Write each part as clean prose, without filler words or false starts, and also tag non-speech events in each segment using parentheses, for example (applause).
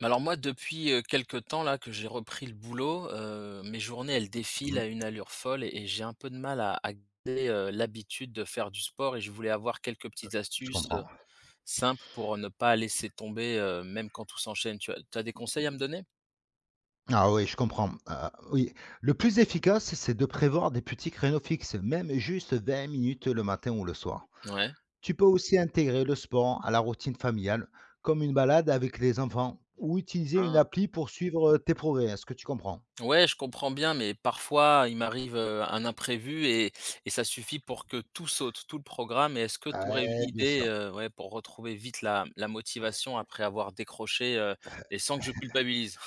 Mais alors moi, depuis, quelque temps là que j'ai repris le boulot, mes journées, elles défilent Mmh, à une allure folle et j'ai un peu de mal à garder, l'habitude de faire du sport et je voulais avoir quelques petites je astuces, comprends. simples pour ne pas laisser tomber, même quand tout s'enchaîne. Tu as tu des conseils à me donner? Ah oui, je comprends. Oui, le plus efficace, c'est de prévoir des petits créneaux fixes, même juste 20 minutes le matin ou le soir. Ouais. Tu peux aussi intégrer le sport à la routine familiale, comme une balade avec les enfants ou utiliser une Ah. appli pour suivre, tes progrès. Est-ce que tu comprends? Ouais, je comprends bien, mais parfois, il m'arrive, un imprévu et ça suffit pour que tout saute, tout le programme et est-ce que tu aurais une Ouais, bien idée, sûr. Ouais, pour retrouver vite la motivation après avoir décroché, et sans que je culpabilise?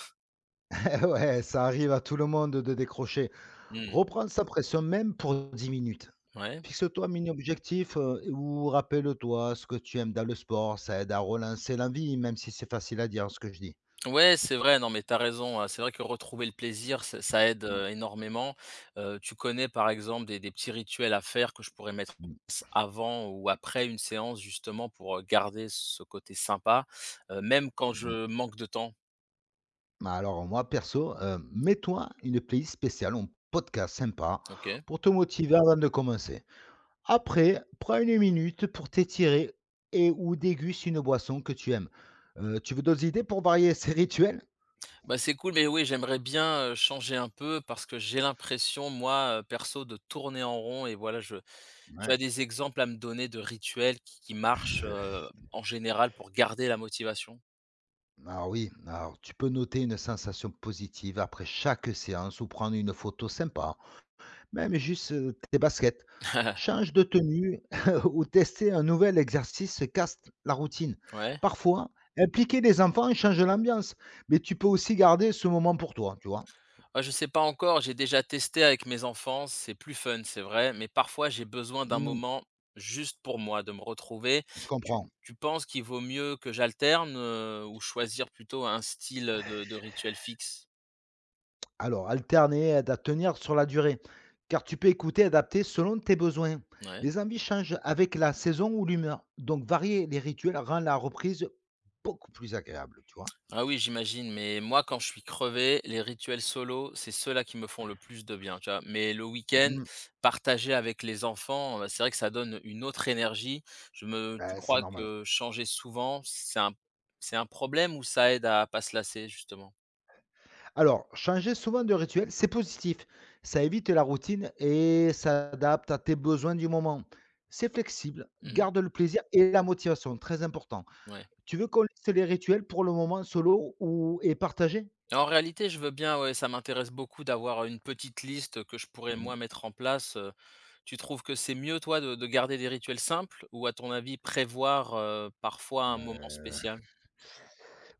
(laughs) Ouais, ça arrive à tout le monde de décrocher. Mmh. Reprendre sa pression même pour 10 minutes. Ouais. Fixe-toi un mini-objectif, ou rappelle-toi ce que tu aimes dans le sport, ça aide à relancer l'envie, même si c'est facile à dire ce que je dis. Ouais, c'est vrai, non, mais t'as raison, hein. C'est vrai que retrouver le plaisir, ça aide, Mmh, énormément. Tu connais, par exemple, des petits rituels à faire que je pourrais mettre en mh, place avant ou après une séance justement pour, garder ce côté sympa, même quand mh. je manque de temps? Bah, alors moi perso, mets-toi une playlist spéciale un podcast sympa OK. pour te motiver avant de commencer. Après, prends une minute pour t'étirer et ou déguste une boisson que tu aimes. Tu veux d'autres idées pour varier ces rituels? Bah, c'est cool, mais oui, j'aimerais bien, changer un peu parce que j'ai l'impression, moi, perso, de tourner en rond et voilà, je tu Ouais. as des exemples à me donner de rituels qui marchent, en général pour garder la motivation? Ah oui, alors tu peux noter une sensation positive après chaque séance ou prendre une photo sympa, même juste tes baskets. (laughs) Change de tenue (laughs) ou tester un nouvel exercice casse la routine. Ouais. Parfois, impliquer les enfants change l'ambiance, mais tu peux aussi garder ce moment pour toi, tu vois. Ah, je sais pas encore, j'ai déjà testé avec mes enfants, c'est plus fun, c'est vrai, mais parfois j'ai besoin d'un Mm, moment juste pour moi, de me retrouver. je Tu comprends. tu penses qu'il vaut mieux que j'alterne, ou choisir plutôt un style, de rituel fixe? Alors, alterner aide à tenir sur la durée, car tu peux écouter et adapter selon tes besoins. Ouais. Les envies changent avec la saison ou l'humeur. Donc, varier les rituels rend la reprise beaucoup plus agréable, tu vois? Ah oui, j'imagine, mais moi, quand je suis crevé, les rituels solo, c'est ceux-là qui me font le plus de bien, tu vois? Mais le Mmh. week-end, Mmh, partagé avec les enfants, c'est vrai que ça donne une autre énergie. Je me tu bah, c'est crois normal. que changer souvent, c'est un problème ou ça aide à pas se lasser justement? Alors, changer souvent de rituel, c'est positif. Ça évite la routine et s'adapte à tes besoins du moment. C'est flexible, Mmh, garde le plaisir et la motivation, très important. ouais. Tu veux qu'on liste les rituels pour le moment solo ou et partagé? Et en réalité, je veux bien, ouais, ça m'intéresse beaucoup d'avoir une petite liste que je pourrais moi mettre en place, Tu trouves que c'est mieux toi de garder des rituels simples ou à ton avis prévoir, parfois un moment spécial?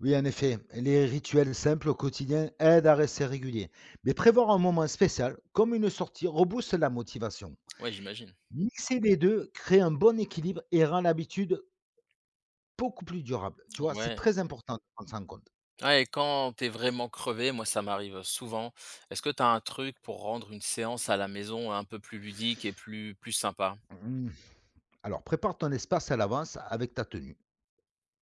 Oui, en effet, les rituels simples au quotidien aident à rester régulier. Mais prévoir un moment spécial, comme une sortie, rebooste la motivation. Ouais, j'imagine. Mixer les deux crée un bon équilibre et rend l'habitude beaucoup plus durable. Tu vois, c'est Ouais. très important de prendre ça en compte. Ouais, et quand t'es vraiment crevé, moi ça m'arrive souvent. Est-ce que t'as un truc pour rendre une séance à la maison un peu plus ludique et plus sympa? Mm. Alors, prépare ton espace à l'avance avec ta tenue,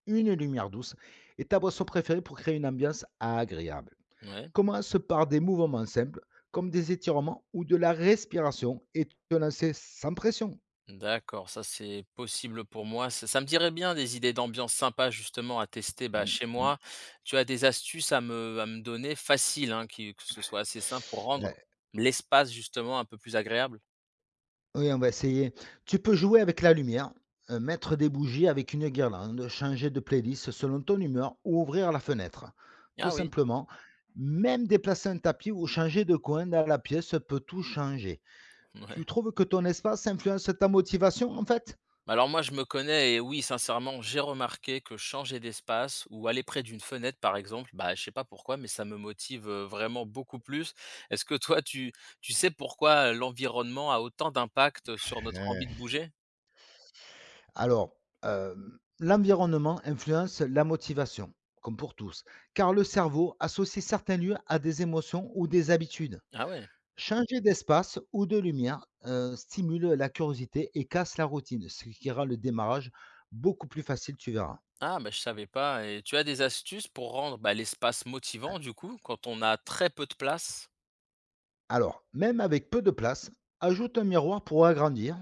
une lumière douce et ta boisson préférée pour créer une ambiance agréable. Ouais. Commence par des mouvements simples, comme des étirements ou de la respiration, et te lancer sans pression. D'accord, ça c'est possible pour moi. Ça me dirait bien des idées d'ambiance sympa justement à tester bah, Mm, chez mm. moi. Tu as des astuces à me donner faciles, hein, qui- que ce soit assez simple pour Euh, rendre l'espace justement un peu plus agréable? oui, on va essayer. Tu peux jouer avec la lumière, mettre des bougies avec une guirlande, changer de playlist selon ton humeur ou ouvrir la fenêtre. Tout Ah oui, simplement, même déplacer un tapis ou changer de coin dans la pièce peut tout changer. Tu ouais. trouves que ton espace influence ta motivation en fait? Bah, alors moi, je me connais et oui, sincèrement, j'ai remarqué que changer d'espace ou aller près d'une fenêtre, par exemple, bah, je sais pas pourquoi, mais ça me motive vraiment beaucoup plus. Est-ce que toi, tu sais pourquoi l'environnement a autant d'impact sur notre envie de bouger? Alors, l'environnement influence la motivation, comme pour tous, car le cerveau associe certains lieux à des émotions ou des habitudes. Ah ouais. Changer d'espace ou de lumière, stimule la curiosité et casse la routine, ce qui rend le démarrage beaucoup plus facile, tu verras. Ah, bah, je savais pas. Et tu as des astuces pour rendre bah, l'espace motivant, Ouais. du coup, quand on a très peu de place? Alors, même avec peu de place, ajoute un miroir pour agrandir.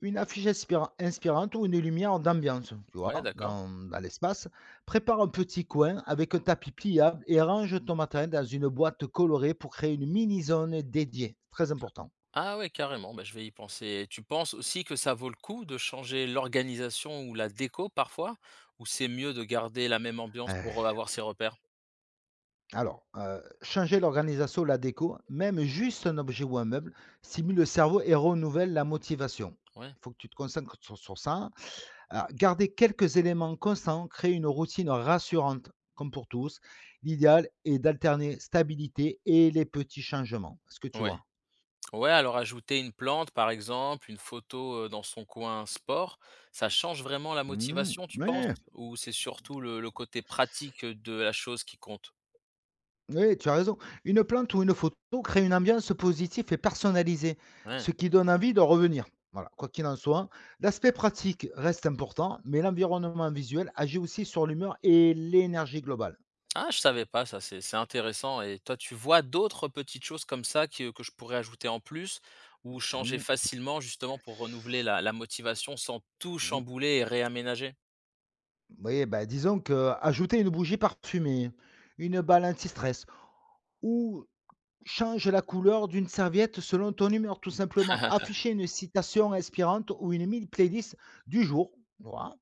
Une affiche inspirante ou une lumière d'ambiance, tu Ouais, vois? d'accord. Dans l'espace. Prépare un petit coin avec un tapis pliable et range ton matériel dans une boîte colorée pour créer une mini zone dédiée. Très important. Ah ouais, carrément, bah, je vais y penser. Tu penses aussi que ça vaut le coup de changer l'organisation ou la déco parfois? Ou c'est mieux de garder la même ambiance pour Heu, avoir ses repères? alors, changer l'organisation, la déco, même juste un objet ou un meuble, stimule le cerveau et renouvelle la motivation. Ouais. Il faut que tu te concentres sur ça. Alors, garder quelques éléments constants crée une routine rassurante, comme pour tous. L'idéal est d'alterner stabilité et les petits changements. Est-ce que tu Ouais. vois? Ouais, alors ajouter une plante, par exemple, une photo dans son coin sport, ça change vraiment la Mmh, motivation, tu penses? ouais, Ou c'est surtout le côté pratique de la chose qui compte? ouais, tu as raison. Une plante ou une photo crée une ambiance positive et personnalisée, Ouais. ce qui donne envie de revenir. Voilà, quoi qu'il en soit, l'aspect pratique reste important, mais l'environnement visuel agit aussi sur l'humeur et l'énergie globale. Ah, je savais pas ça, c'est intéressant et toi, tu vois d'autres petites choses comme ça que je pourrais ajouter en plus ou changer Mmh, facilement justement pour renouveler la motivation sans tout mmh. chambouler et réaménager? Oui, bah, disons que ajouter une bougie parfumée, une balle anti-stress. Ou change la couleur d'une serviette selon ton humeur, tout simplement. (laughs) Afficher une citation inspirante ou une mini playlist du jour, voilà,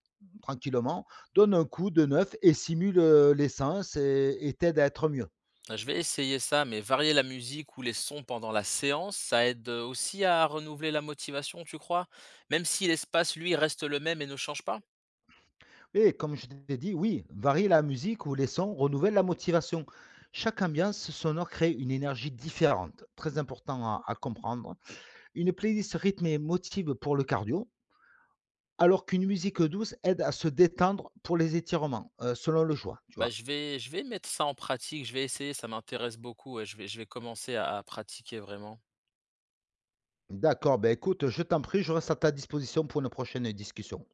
tranquillement, donne un coup de neuf et simule, l'essence et t'aide à être mieux. Je vais essayer ça, mais varier la musique ou les sons pendant la séance, ça aide aussi à renouveler la motivation, tu crois? Même si l'espace, lui, reste le même et ne change pas? Et comme je t'ai dit, oui, varie la musique ou les sons, renouvelle la motivation. Chaque ambiance sonore crée une énergie différente, très important à comprendre. Une playlist rythmée motive pour le cardio, alors qu'une musique douce aide à se détendre pour les étirements, selon le choix, tu Bah, vois? Je vais mettre ça en pratique, je vais essayer, ça m'intéresse beaucoup, ouais, je vais commencer à pratiquer vraiment. D'accord, ben écoute, je t'en prie, je reste à ta disposition pour une prochaine discussion.